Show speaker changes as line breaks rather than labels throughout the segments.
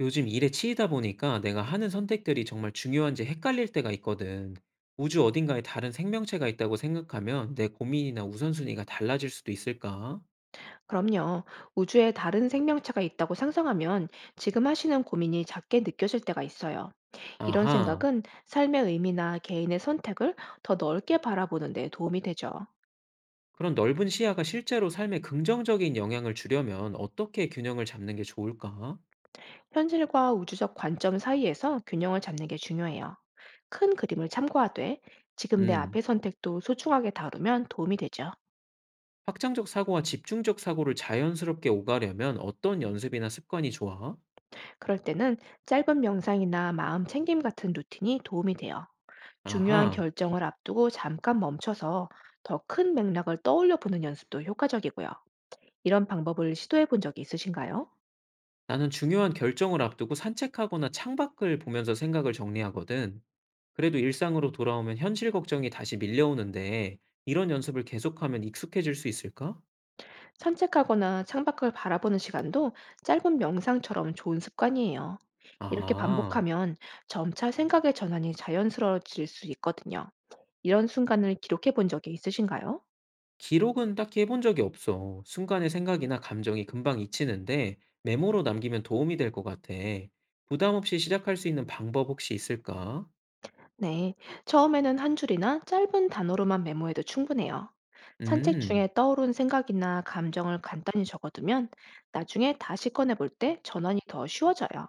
요즘 일에 치이다 보니까 내가 하는 선택들이 정말 중요한지 헷갈릴 때가 있거든. 우주 어딘가에 다른 생명체가 있다고 생각하면 내 고민이나 우선순위가 달라질 수도 있을까?
그럼요. 우주에 다른 생명체가 있다고 상상하면 지금 하시는 고민이 작게 느껴질 때가 있어요. 이런
아하,
생각은 삶의 의미나 개인의 선택을 더 넓게 바라보는 데 도움이 되죠.
그런 넓은 시야가 실제로 삶에 긍정적인 영향을 주려면 어떻게 균형을 잡는 게 좋을까?
현실과 우주적 관점 사이에서 균형을 잡는 게 중요해요. 큰 그림을 참고하되 지금 내
음,
앞의 선택도 소중하게 다루면 도움이 되죠.
확장적 사고와 집중적 사고를 자연스럽게 오가려면 어떤 연습이나 습관이 좋아?
그럴 때는 짧은 명상이나 마음 챙김 같은 루틴이 도움이 돼요. 중요한
아하,
결정을 앞두고 잠깐 멈춰서 더 큰 맥락을 떠올려 보는 연습도 효과적이고요. 이런 방법을 시도해 본 적이 있으신가요?
나는 중요한 결정을 앞두고 산책하거나 창밖을 보면서 생각을 정리하거든. 그래도 일상으로 돌아오면 현실 걱정이 다시 밀려오는데 이런 연습을 계속하면 익숙해질 수 있을까?
산책하거나 창밖을 바라보는 시간도 짧은 명상처럼 좋은 습관이에요. 이렇게
아,
반복하면 점차 생각의 전환이 자연스러워질 수 있거든요. 이런 순간을 기록해 본 적이 있으신가요?
기록은 딱히 해본 적이 없어. 순간의 생각이나 감정이 금방 잊히는데 메모로 남기면 도움이 될 것 같아. 부담 없이 시작할 수 있는 방법 혹시 있을까?
네, 처음에는 한 줄이나 짧은 단어로만 메모해도 충분해요. 산책
음,
중에 떠오른 생각이나 감정을 간단히 적어두면 나중에 다시 꺼내볼 때 전환이 더 쉬워져요.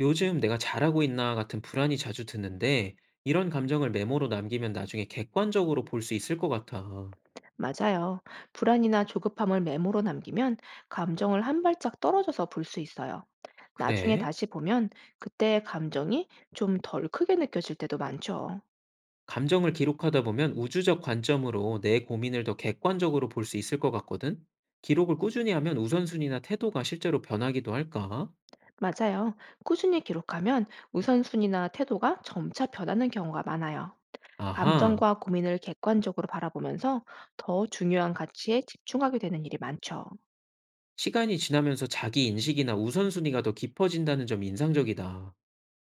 요즘 내가 잘하고 있나 같은 불안이 자주 드는데 이런 감정을 메모로 남기면 나중에 객관적으로 볼 수 있을 것 같아.
맞아요. 불안이나 조급함을 메모로 남기면 감정을 한 발짝 떨어져서 볼 수 있어요. 나중에
그래?
다시 보면 그때의 감정이 좀 덜 크게 느껴질 때도 많죠.
감정을 기록하다 보면 우주적 관점으로 내 고민을 더 객관적으로 볼 수 있을 것 같거든? 기록을 꾸준히 하면 우선순위나 태도가 실제로 변하기도 할까?
맞아요. 꾸준히 기록하면 우선순위나 태도가 점차 변하는 경우가 많아요.
아하,
감정과 고민을 객관적으로 바라보면서 더 중요한 가치에 집중하게 되는 일이 많죠.
시간이 지나면서 자기 인식이나 우선순위가 더 깊어진다는 점이 인상적이다.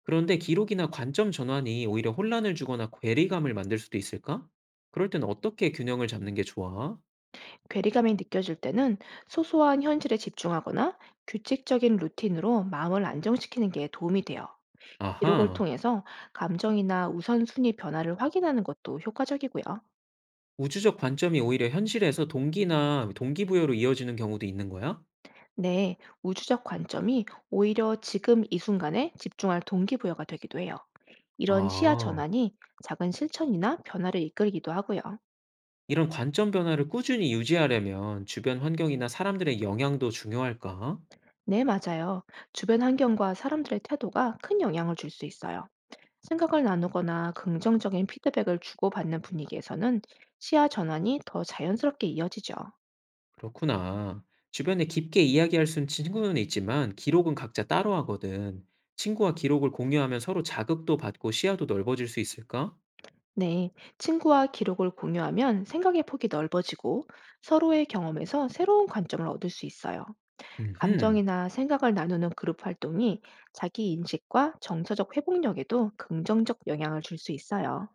그런데 기록이나 관점 전환이 오히려 혼란을 주거나 괴리감을 만들 수도 있을까? 그럴 땐 어떻게 균형을 잡는 게 좋아?
괴리감이 느껴질 때는 소소한 현실에 집중하거나 규칙적인 루틴으로 마음을 안정시키는 게 도움이 돼요. 기록을
아하,
통해서 감정이나 우선순위 변화를 확인하는 것도 효과적이고요.
우주적 관점이 오히려 현실에서 동기나 동기부여로 이어지는 경우도 있는 거야?
네, 우주적 관점이 오히려 지금 이 순간에 집중할 동기부여가 되기도 해요. 이런 시야
아.
전환이 작은 실천이나 변화를 이끌기도 하고요.
이런 관점 변화를 꾸준히 유지하려면 주변 환경이나 사람들의 영향도 중요할까?
네, 맞아요. 주변 환경과 사람들의 태도가 큰 영향을 줄 수 있어요. 생각을 나누거나 긍정적인 피드백을 주고받는 분위기에서는 시야 전환이 더 자연스럽게 이어지죠.
그렇구나. 주변에 깊게 이야기할 수 있는 친구는 있지만 기록은 각자 따로 하거든. 친구와 기록을 공유하면 서로 자극도 받고 시야도 넓어질 수 있을까?
네, 친구와 기록을 공유하면 생각의 폭이 넓어지고 서로의 경험에서 새로운 관점을 얻을 수 있어요.
음흠.
감정이나 생각을 나누는 그룹 활동이 자기 인식과 정서적 회복력에도 긍정적 영향을 줄 수 있어요.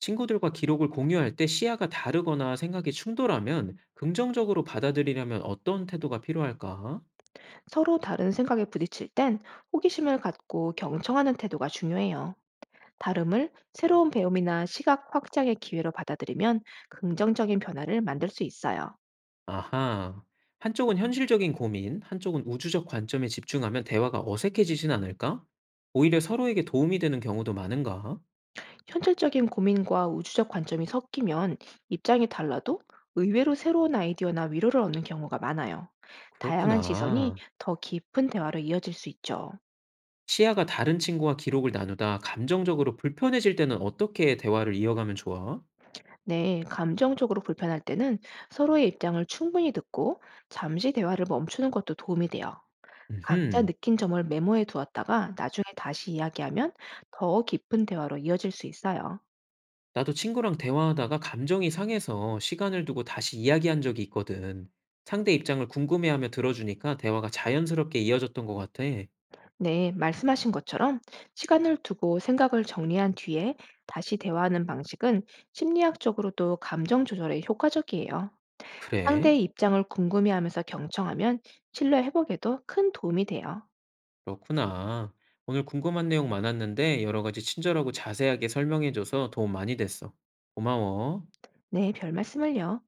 친구들과 기록을 공유할 때 시야가 다르거나 생각이 충돌하면 긍정적으로 받아들이려면 어떤 태도가 필요할까?
서로 다른 생각에 부딪힐 땐 호기심을 갖고 경청하는 태도가 중요해요. 다름을 새로운 배움이나 시각 확장의 기회로 받아들이면 긍정적인 변화를 만들 수 있어요.
아하. 한쪽은 현실적인 고민, 한쪽은 우주적 관점에 집중하면 대화가 어색해지진 않을까? 오히려 서로에게 도움이 되는 경우도 많은가?
현실적인 고민과 우주적 관점이 섞이면 입장이 달라도 의외로 새로운 아이디어나 위로를 얻는 경우가 많아요. 다양한 시선이
그렇구나.
더 깊은 대화로 이어질 수 있죠.
시야가 다른 친구와 기록을 나누다 감정적으로 불편해질 때는 어떻게 대화를 이어가면 좋아?
네, 감정적으로 불편할 때는 서로의 입장을 충분히 듣고 잠시 대화를 멈추는 것도 도움이 돼요. 각자
음흠.
느낀 점을 메모해 두었다가 나중에 다시 이야기하면 더 깊은 대화로 이어질 수 있어요.
나도 친구랑 대화하다가 감정이 상해서 시간을 두고 다시 이야기한 적이 있거든. 상대 입장을 궁금해하며 들어주니까 대화가 자연스럽게 이어졌던 것 같아.
네, 말씀하신 것처럼 시간을 두고 생각을 정리한 뒤에 다시 대화하는 방식은 심리학적으로도 감정 조절에 효과적이에요.
그래?
상대의 입장을 궁금해하면서 경청하면 신뢰 회복에도 큰 도움이 돼요.
그렇구나. 오늘 궁금한 내용 많았는데 여러 가지 친절하고 자세하게 설명해줘서 도움 많이 됐어. 고마워.
네, 별 말씀을요.